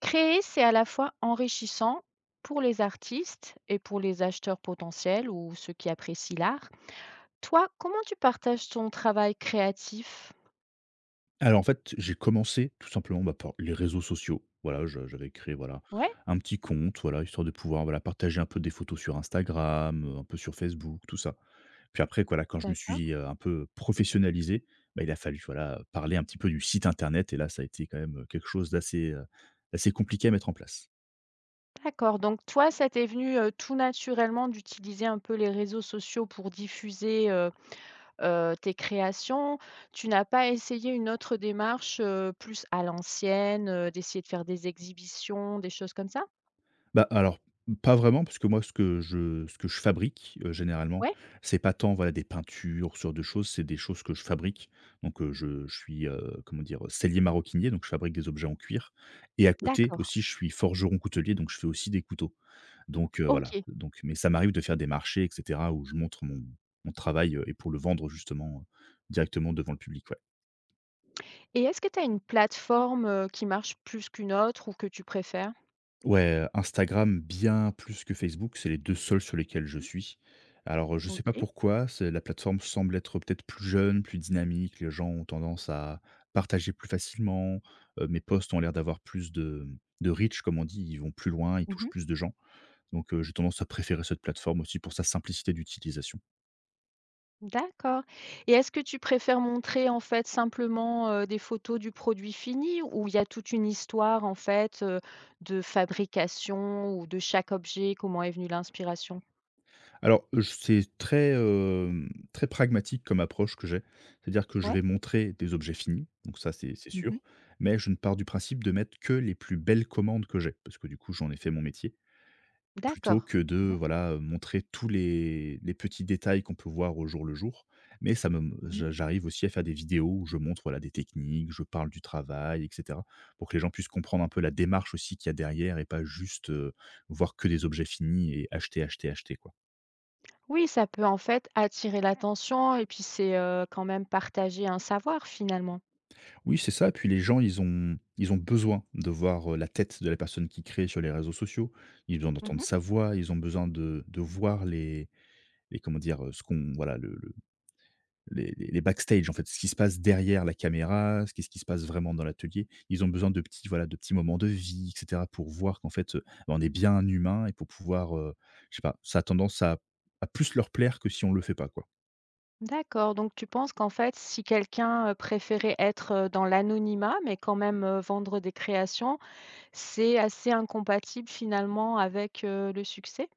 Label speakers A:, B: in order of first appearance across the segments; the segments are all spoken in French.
A: Créer, c'est à la fois enrichissant pour les artistes et pour les acheteurs potentiels ou ceux qui apprécient l'art. Toi, comment tu partages ton travail créatif?
B: Alors en fait, j'ai commencé tout simplement, par les réseaux sociaux. Voilà, je j'avais créé, voilà,
A: Ouais,
B: un petit compte, voilà, histoire de pouvoir, voilà, partager un peu des photos sur Instagram, un peu sur Facebook, tout ça. Puis après, voilà, quand je me suis,
A: d'accord.
B: un peu professionnalisé, bah, il a fallu, voilà, parler un petit peu du site internet et là, ça a été quand même, quelque chose d'assez, d'assez compliqué à mettre en place.
A: D'accord, donc toi, ça t'est venu, tout naturellement d'utiliser un peu les réseaux sociaux pour diffuser, tes créations. Tu n'as pas essayé une autre démarche, plus à l'ancienne, d'essayer de faire des exhibitions, des choses comme ça?
B: Bah, alors, pas vraiment, parce que moi, ce que je fabrique, généralement,
A: Ouais?
B: c'est pas tant, voilà, des peintures, ce genre de choses, c'est des choses que je fabrique. Donc, je suis, comment dire? Sellier maroquinier, donc je fabrique des objets en cuir et à côté
A: D'accord.
B: aussi, je suis forgeron coutelier, donc je fais aussi des couteaux. Donc, voilà,
A: OK.
B: donc mais ça m'arrive de faire des marchés et cetera où je montre mon travail, et pour le vendre justement, directement devant le public, ouais.
A: Et est-ce que tu as une plateforme, qui marche plus qu'une autre ou que tu préfères?
B: Ouais, Instagram bien plus que Facebook, c'est les 2 seuls sur lesquels je
A: Mmh.
B: suis. Alors, je sais pas
A: OK.
B: pourquoi, c'est la plateforme semble être peut-être plus jeune, plus dynamique, les gens ont tendance à partager plus facilement, mes posts ont l'air d'avoir plus de, de reach comme on dit, ils vont plus loin, ils touchent
A: Mmh.
B: plus de gens. Donc, j'ai tendance à préférer cette plateforme aussi pour sa simplicité d'utilisation.
A: D'accord, et est-ce que tu préfères montrer, en fait, simplement, des photos du produit fini ou il y a toute une histoire, en fait, de fabrication ou de chaque objet? Comment est venue l'inspiration?
B: Alors, je c'est très, très pragmatique comme approche que j'ai. C'est-à-dire que je
A: Ouais?
B: vais montrer des objets finis, donc ça, c'est
A: Mmh.
B: sûr, mais je ne pars du principe de mettre que les plus belles commandes que j'ai, parce que du coup, j'en ai fait mon métier, plutôt
A: D'accord.
B: que de,
A: Mmh mh.
B: voilà, montrer tous les petits détails qu'on peut voir au jour le jour. Mais ça me
A: Mmh.
B: j'a J'arrive aussi à faire des vidéos où je montre, voilà, des techniques, je parle du travail et cetera, pour que les gens puissent comprendre un peu la démarche aussi qu'il y a derrière et pas juste, voir que des objets finis et acheter, acheter, acheter, quoi.
A: Oui, ça peut, en fait, attirer l'attention et puis c'est, quand même partager un savoir, finalement.
B: Oui, c'est ça. Puis les gens, ils ont besoin de voir, la tête de la personne qui crée sur les réseaux sociaux. Ils ont besoin d'entendre
A: Mmh.
B: sa voix, ils ont besoin de voir les comment dire? Ce qu'on voilà, le les backstage en fait, ce qui se passe derrière la caméra, ce qu'est-ce qui se passe vraiment dans l'atelier. Ils ont besoin de petits voilà, de petits moments de vie et cetera pour voir qu'en fait, bah, on est bien un humain et pour pouvoir, je sais pas, ça a tendance à plus leur plaire que si on le fait pas, quoi.
A: D'accord, donc tu penses qu'en fait, si quelqu'un, préférait être, dans l'anonymat, mais quand même, vendre des créations, c'est assez incompatible finalement avec, le succès?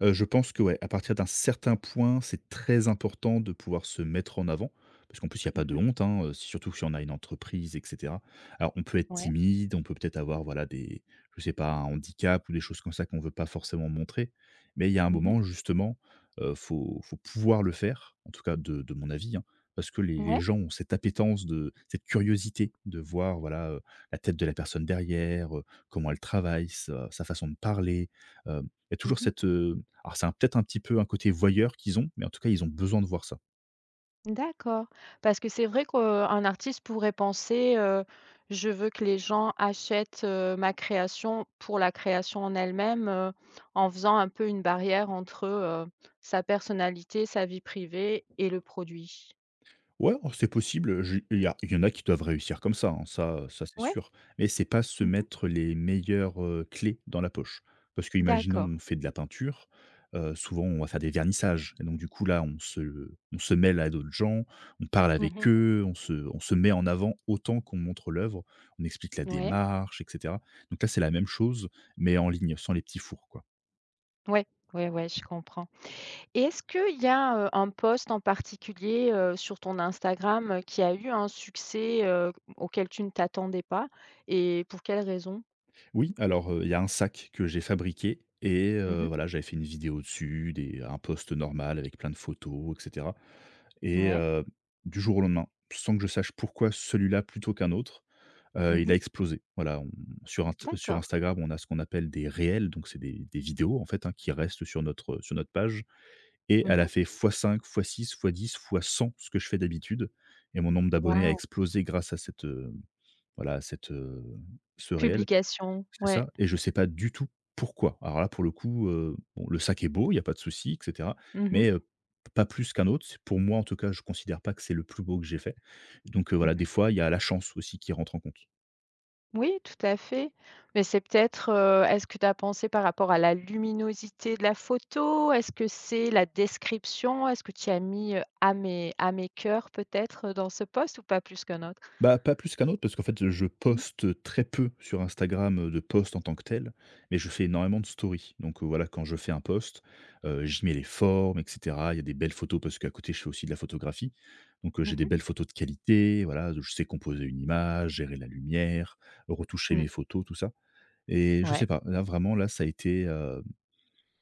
B: Je pense que ouais, à partir d'un certain point, c'est très important de pouvoir se mettre en avant. Parce qu'en plus, il y a pas de
A: Mmh.
B: honte, hein, surtout si on a une entreprise et cetera. Alors on peut être
A: Ouais.
B: timide, on peut peut-être avoir voilà des je sais pas, un handicap ou des choses comme ça qu'on ne veut pas forcément montrer. Mais il y a un
A: Mmh.
B: moment justement, faut pouvoir le faire, en tout cas de mon avis, hein. Parce que les
A: Ouais?
B: gens ont cette appétence de cette curiosité de voir voilà, la tête de la personne derrière, comment elle travaille, sa façon de parler, il y a toujours
A: Mmh.
B: cette, euh, alors c'est un peut-être un petit peu un côté voyeur qu'ils ont, mais en tout cas ils ont besoin de voir ça.
A: D'accord. Parce que c'est vrai qu'un artiste pourrait penser: «Je veux que les gens achètent, ma création pour la création en elle-même», en faisant un peu une barrière entre, sa personnalité, sa vie privée et le produit.
B: Ouais, oh, c'est possible, je il y en a qui doivent réussir comme ça, hein, ça, ça c'est
A: Ouais?
B: sûr, mais c'est pas se
A: Mmh.
B: mettre les meilleures, clés dans la poche. Parce qu'imaginons
A: D'accord.
B: on fait de la peinture, souvent on va faire des vernissages et donc du coup là on se mêle à d'autres gens, on parle
A: Mmh
B: avec
A: mh.
B: eux, on se met en avant autant qu'on montre l'œuvre, on explique la
A: Ouais.
B: démarche et cetera. Donc là c'est la même chose, mais en ligne, sans les petits fours quoi.
A: Ouais, ouais, ouais, je comprends et est-ce qu'il y a, un post en particulier, sur ton Instagram, qui a eu un succès, auquel tu ne t'attendais pas et pour quelle raison?
B: Oui, alors, il y a un sac que j'ai fabriqué et
A: Mmh mh.
B: voilà, j'avais fait une vidéo dessus, des un post normal avec plein de photos et cetera et
A: Ouais.
B: du jour au lendemain, sans que je sache pourquoi celui-là plutôt qu'un autre,
A: Mmh
B: il
A: mh.
B: a explosé. Voilà, on sur Inst sur
A: D'accord.
B: Instagram, on a ce qu'on appelle des réels, donc c'est des vidéos, en fait, hein, qui restent sur notre page et
A: Mmh
B: elle a
A: mh.
B: fait ×5, ×6, ×10, ×100 ce que je fais d'habitude et mon nombre d'abonnés a
A: Waouh!
B: explosé grâce à cette, voilà, à cette, ce réel.
A: Publication.
B: C'est
A: Ouais.
B: ça et je sais pas du tout pourquoi. Alors là, pour le coup, bon, le sac est beau, il y a pas de souci et cetera,
A: Mmh mh.
B: mais pas plus qu'un autre. Pour moi, en tout cas, je considère pas que c'est le plus beau que j'ai fait. Donc
A: Mmh
B: voilà,
A: mh.
B: des fois, il y a la chance aussi qui rentre en compte.
A: Oui, tout à fait. Mais c'est peut-être, est-ce que tu as pensé par rapport à la luminosité de la photo? Est-ce que c'est la description? Est-ce que tu as mis, âme et âme et cœur peut-être, dans ce post ou pas plus qu'un autre?
B: Bah, pas plus qu'un autre parce qu'en fait, je
A: Mmh.
B: poste très peu sur Instagram, de posts en tant que tel mais je fais énormément de stories. Donc, voilà, quand je fais un post, j'y mets les formes et cetera. Il y a des belles photos parce qu'à côté, je fais aussi de la photographie. Donc,
A: Mmh
B: j'ai des belles
A: mh.
B: photos de qualité, voilà, je sais composer une image, gérer la lumière, retoucher
A: Mmh,
B: mes photos, tout ça. Et je
A: ouais,
B: sais pas, là, vraiment, là, ça a été,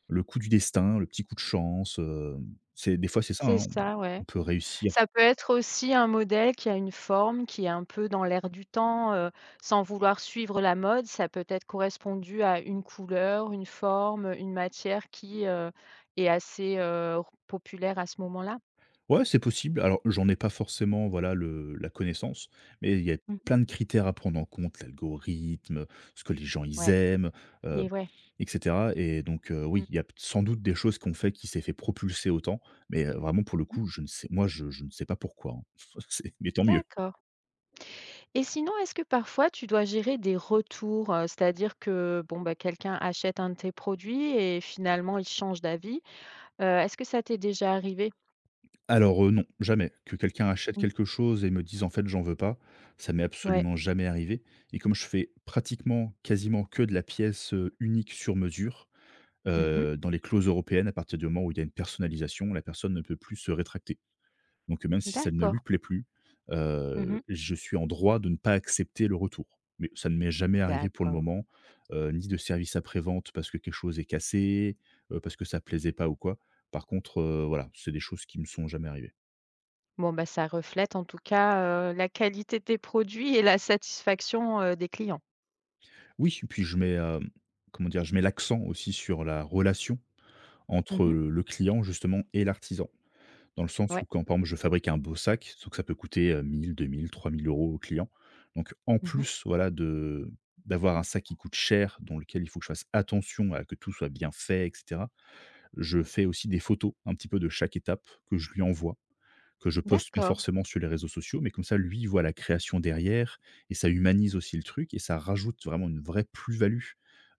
B: le coup du destin, le petit coup de chance, c'est des fois, c'est ça,
A: c'est
B: hein,
A: ça, ouais.
B: on peut réussir.
A: Ça peut être aussi un modèle qui a une forme, qui est un peu dans l'air du temps, sans vouloir suivre la mode, ça peut être correspondu à une couleur, une forme, une matière qui, est assez, populaire à ce moment-là.
B: Ouais, c'est possible. Alors, j'en ai pas forcément, voilà, le la connaissance, mais il y a
A: Mmh.
B: plein de critères à prendre en compte, l'algorithme, ce que les gens ils
A: Ouais,
B: aiment, heu,
A: et ouais.
B: et cetera, et donc, oui,
A: Mmh
B: il y a sans doute des choses qu'on fait qui s'est fait propulser autant, mais, vraiment pour le
A: mh.
B: coup, je ne sais moi, je ne sais pas pourquoi, hein. C'est mais tant mieux.
A: D'accord et sinon, est-ce que parfois tu dois gérer des retours, c'est-à-dire que, bon, bah, quelqu'un achète un de tes produits et finalement il change d'avis, est-ce que ça t'est déjà arrivé?
B: Alors, non, jamais. Que quelqu'un achète
A: Mmh mh.
B: quelque chose et me dise: «En fait, j'en veux pas», ça m'est
A: Ouais.
B: absolument jamais arrivé, et comme je fais pratiquement, quasiment que de la pièce, unique sur mesure,
A: Mmh mh.
B: dans les clauses européennes, à partir du moment où il y a une personnalisation, la personne ne peut plus se rétracter. Donc même si ça ne
A: D'accord.
B: lui plaît plus,
A: Mmh mh.
B: je suis en droit de ne pas accepter le retour. Mais ça ne m'est jamais arrivé pour le
A: D'accord.
B: moment, ni de service après-vente parce que quelque chose est cassé, parce que ça plaisait pas ou quoi. Par contre, voilà, c'est des choses qui me sont jamais arrivées.
A: Bon, bah, ça reflète en tout cas, la qualité de tes produits et la satisfaction, des clients.
B: Oui, et puis je mets, comment dire? Je mets l'accent aussi sur la relation
A: Mmh
B: entre
A: mh.
B: le client justement et l'artisan. Dans le sens
A: Ouais.
B: où quand, par exemple, je fabrique un beau sac, sauf que ça peut coûter, 1 000-2 000-3 000 au client. Donc en
A: Mmh mh.
B: plus, voilà, de d'avoir un sac qui coûte cher, dans lequel il faut que je fasse attention à que tout soit bien fait et cetera. Je fais aussi des photos un petit peu de chaque étape que je lui envoie que je poste pas
A: D'accord.
B: forcément sur les réseaux sociaux, mais comme ça, lui, il voit la création derrière et ça humanise aussi le truc et ça rajoute vraiment une vraie plus-value,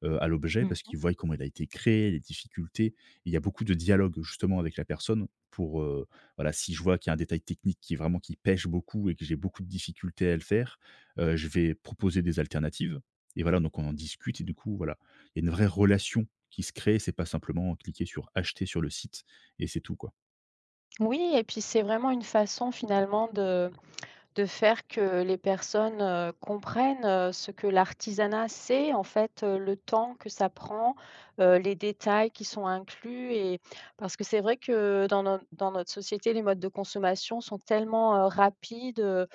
B: à l'objet parce
A: Mmh.
B: qu'il voit comment il a été créé, les difficultés. Et il y a beaucoup de dialogue justement avec la personne pour, voilà, si je vois qu'il y a un détail technique qui vraiment qui pèche beaucoup et que j'ai beaucoup de difficultés à le faire, je vais proposer des alternatives et voilà, donc on en discute et du coup, voilà, il y a une vraie relation qui se crée, c'est pas simplement cliquer sur acheter sur le site et c'est tout, quoi.
A: Oui et puis c'est vraiment une façon finalement de faire que les personnes, comprennent, ce que l'artisanat, c'est en fait, le temps que ça prend, les détails qui sont inclus et parce que c'est vrai que dans notre société, les modes de consommation sont tellement, rapides,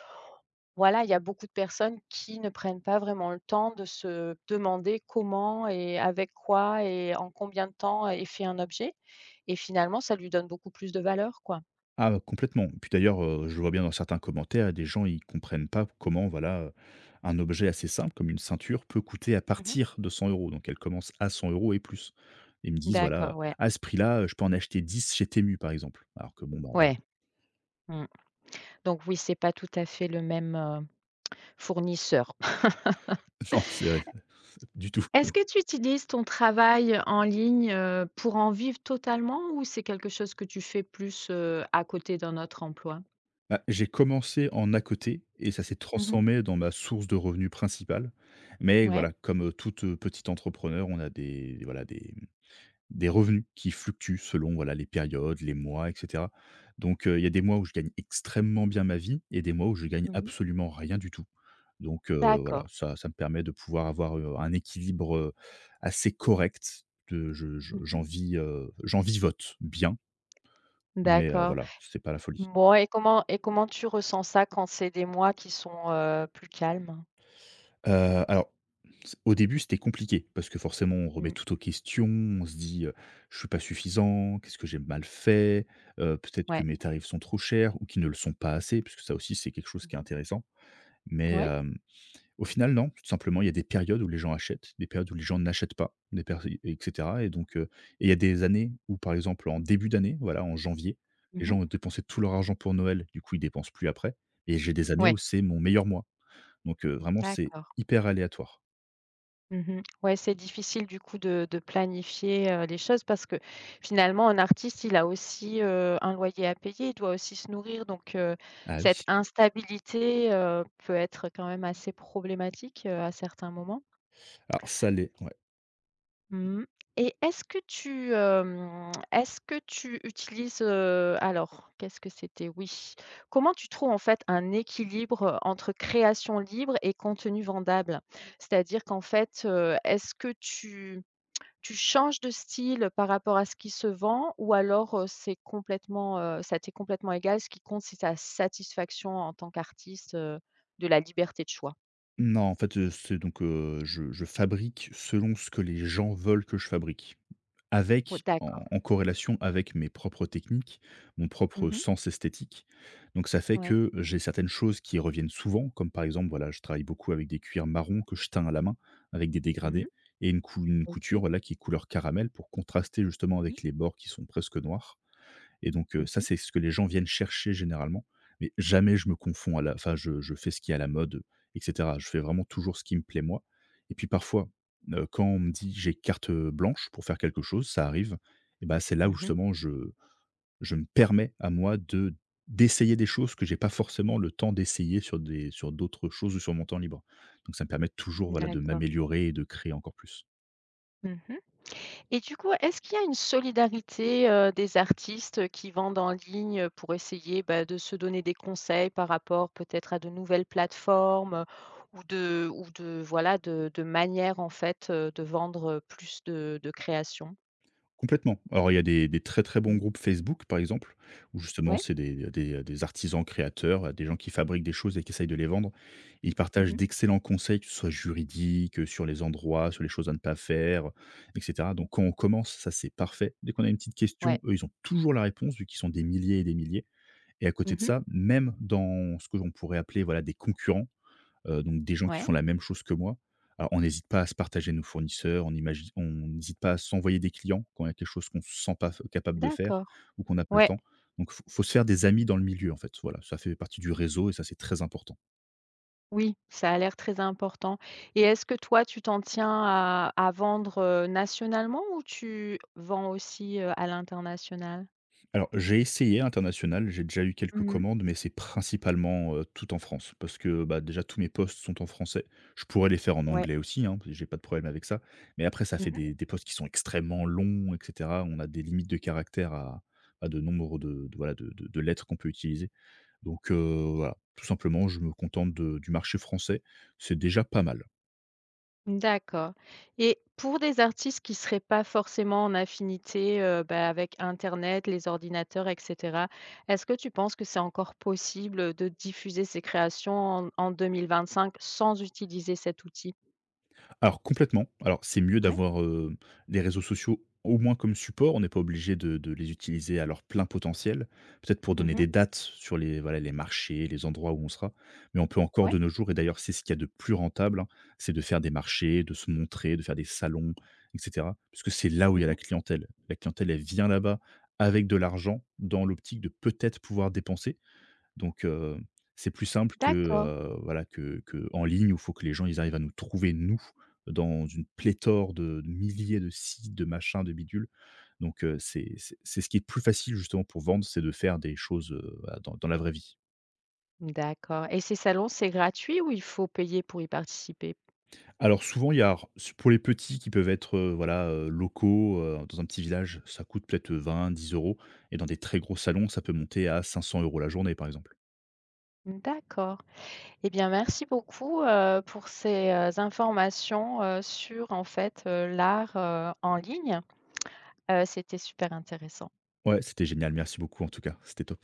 A: voilà, il y a beaucoup de personnes qui ne prennent pas vraiment le temps de se demander comment et avec quoi et en combien de temps est fait un objet et finalement ça lui donne beaucoup plus de valeur, quoi.
B: Ah, complètement. Puis d'ailleurs, je vois bien dans certains commentaires, des gens, ils comprennent pas comment, voilà, un objet assez simple comme une ceinture peut coûter à
A: Mmh.
B: partir de 100 euros. Donc elle commence à 100 euros et plus. Ils me disent, voilà:
A: D'accord, ouais,
B: «À ce prix-là, je peux en acheter 10 chez Temu», par exemple. Alors que bon, bah, voilà.
A: ouais. Mmh. Donc oui, c'est pas tout à fait le même, fournisseur.
B: Non, c'est vrai, du tout.
A: Est-ce que tu utilises ton travail en ligne, pour en vivre totalement ou c'est quelque chose que tu fais plus, à côté d'un autre emploi?
B: Bah, j'ai commencé en à côté et ça s'est
A: Mmh.
B: transformé dans ma source de revenus principale. Mais
A: Ouais?
B: voilà, comme, toute, petite entrepreneur, on a des voilà, des revenus qui fluctuent selon, voilà, les périodes, les mois, et cetera. Donc, il y a des mois où je gagne extrêmement bien ma vie et des mois où je gagne
A: Mh. Mmh.
B: absolument rien du tout. Donc, voilà,
A: D'accord.
B: ça me permet de pouvoir avoir, un équilibre, assez correct, de je
A: Mmh.
B: j'en vis, j'en vivote bien, mais,
A: D'accord.
B: voilà, c'est pas la folie.
A: Bon et comment tu ressens ça quand c'est des mois qui sont, plus calmes?
B: Alors, c au début, c'était compliqué parce que forcément, on remet
A: Mmh.
B: tout aux questions. On se dit, «Je suis pas suffisant. Qu'est-ce que j'ai mal fait? Peut-être que
A: Ouais.
B: mes tarifs sont trop chers ou qu'ils ne le sont pas assez», puisque ça aussi, c'est quelque chose qui est
A: Mmh.
B: intéressant. Mais,
A: Ouais?
B: au final, non, tout simplement, il y a des périodes où les gens achètent, des périodes où les gens n'achètent pas, des perso et cetera, et donc et il y a des années où, par exemple, en début d'année, voilà, en janvier, les
A: Mmh.
B: gens ont dépensé tout leur argent pour Noël. Du coup, ils dépensent plus après et j'ai des années
A: Ouais.
B: où c'est mon meilleur mois. Donc, vraiment, c'est
A: D'accord.
B: hyper aléatoire.
A: Mmh. Ouais, c'est difficile du coup de planifier, les choses parce que finalement un artiste, il a aussi, un loyer à payer, il doit aussi se nourrir donc
B: Ah
A: cette
B: oui.
A: instabilité, peut être quand même assez problématique, à certains moments.
B: Alors ça l'est, ouais.
A: Mmh. Et est-ce que tu, est-ce que tu utilises, alors qu'est-ce que c'était? Oui. Comment tu trouves en fait un équilibre entre création libre et contenu vendable? C'est-à-dire qu'en fait, est-ce que tu tu changes de style par rapport à ce qui se vend ou alors, c'est complètement, ça t'est complètement égal? Ce qui compte, c'est ta satisfaction en tant qu'artiste, de la liberté de choix?
B: Non, en fait, c'est donc, je fabrique selon ce que les gens veulent que je fabrique.
A: Oui,
B: Avec
A: d'accord.
B: en corrélation avec mes propres techniques, mon propre
A: Mmh.
B: sens esthétique. Donc ça fait
A: Ouais.
B: que j'ai certaines choses qui reviennent souvent, comme par exemple, voilà, je travaille beaucoup avec des cuirs marrons que je teins à la main, avec des
A: Mmh.
B: dégradés et une couture,
A: OK.
B: voilà, qui est couleur caramel pour contraster justement
A: Mmh mh.
B: avec les bords qui sont presque noirs. Et donc, ça,
A: Mmh.
B: c'est ce que les gens viennent chercher généralement, mais jamais je me confonds à la enfin, je fais ce qui est à la mode, et cetera. Je fais vraiment toujours ce qui me plaît moi et puis parfois, quand on me dit: «J'ai carte blanche pour faire quelque chose», ça arrive et ben c'est là où
A: Mmh.
B: justement je me permets à moi de d'essayer des choses que j'ai pas forcément le temps d'essayer sur des sur d'autres choses ou sur mon temps libre. Donc ça me permet toujours, voilà, de
A: D'accord.
B: m'améliorer et de créer encore plus.
A: Mmh. Et du coup, est-ce qu'il y a une solidarité, des artistes qui vendent en ligne pour essayer, bah, de se donner des conseils par rapport peut-être à de nouvelles plateformes, ou de voilà, de manières en fait, de vendre plus de créations?
B: Complètement. Alors, il y a des très, très bons
A: Mmh.
B: groupes Facebook, par exemple, où justement,
A: Ouais.
B: c'est des artisans créateurs, des gens qui fabriquent des choses et qui essayent de les vendre. Ils partagent
A: Mmh.
B: d'excellents conseils, que ce soit juridiques, sur les endroits, sur les choses à ne pas faire, et cetera. Donc quand on commence, ça, c'est parfait. Dès qu'on a une petite question,
A: Ouais.
B: eux, ils ont toujours la réponse, vu qu'ils sont des milliers. Et à côté de
A: Mmh.
B: ça, même dans ce que l'on pourrait appeler, voilà, des concurrents, donc des gens qui
A: Ouais.
B: font la même chose que moi. Alors on n'hésite pas à se partager nos fournisseurs, on n'hésite pas à s'envoyer des clients quand il y a quelque chose qu'on ne se sent pas capable de faire
A: D'accord.
B: ou qu'on n'a pas le
A: Ouais.
B: temps. Donc il faut se faire des amis dans le milieu en fait, voilà, ça fait partie du réseau et ça c'est très important.
A: Oui, ça a l'air très important. Et est-ce que toi, tu t'en tiens à vendre, nationalement ou tu vends aussi, à l'international?
B: Alors, j'ai essayé à l'international, j'ai déjà eu quelques
A: Mmh.
B: commandes, mais c'est principalement, tout en France. Parce que, bah, déjà tous mes posts sont en français. Je pourrais les faire en
A: Ouais.
B: anglais aussi, hein, parce que j'ai pas de problème avec ça. Mais après ça fait
A: Mmh.
B: des posts qui sont extrêmement longs et cetera. On a des limites de caractères à de nombre de voilà, de lettres qu'on peut utiliser. Donc, voilà, tout simplement je me contente de du marché français. C'est déjà pas mal.
A: D'accord et pour des artistes qui seraient pas forcément en affinité, bah, avec internet, les ordinateurs et cetera, est-ce que tu penses que c'est encore possible, de diffuser ses créations en 2025 sans utiliser cet outil?
B: Alors complètement. Alors c'est mieux
A: Ouais.
B: d'avoir, les réseaux sociaux au moins comme support. On n'est pas obligé de les utiliser à leur plein potentiel. Peut-être pour donner
A: Mmh.
B: des dates sur les voilà, les marchés, les endroits où on sera. Mais on peut encore de
A: Ouais.
B: nos jours et d'ailleurs c'est ce qu'il y a de plus rentable, hein, c'est de faire des marchés, de se montrer, de faire des salons et cetera. Puisque c'est là où il y a la
A: Mmh.
B: clientèle. La clientèle, elle vient là-bas avec de l'argent dans l'optique de peut-être pouvoir dépenser. Donc, c'est plus simple que,
A: D'accord,
B: voilà, que en ligne où il faut que les gens, ils arrivent à nous trouver nous, dans une pléthore de milliers de sites, de machins, de bidules. Donc, c'est ce qui est plus facile justement pour vendre, c'est de faire des choses, voilà, dans la vraie vie.
A: d'accord et ces salons, c'est gratuit ou il faut payer pour y participer?
B: Alors souvent, il y a pour les petits qui peuvent être, voilà, locaux, dans un petit village, ça coûte peut-être, vingt dix euros et dans des très gros salons, ça peut monter à 500 euros la journée, par exemple.
A: D'accord. Eh bien, merci beaucoup, pour ces, informations, sur, en fait, l'art, en ligne. C'était super intéressant.
B: Ouais, c'était génial, merci beaucoup en tout cas, c'était top.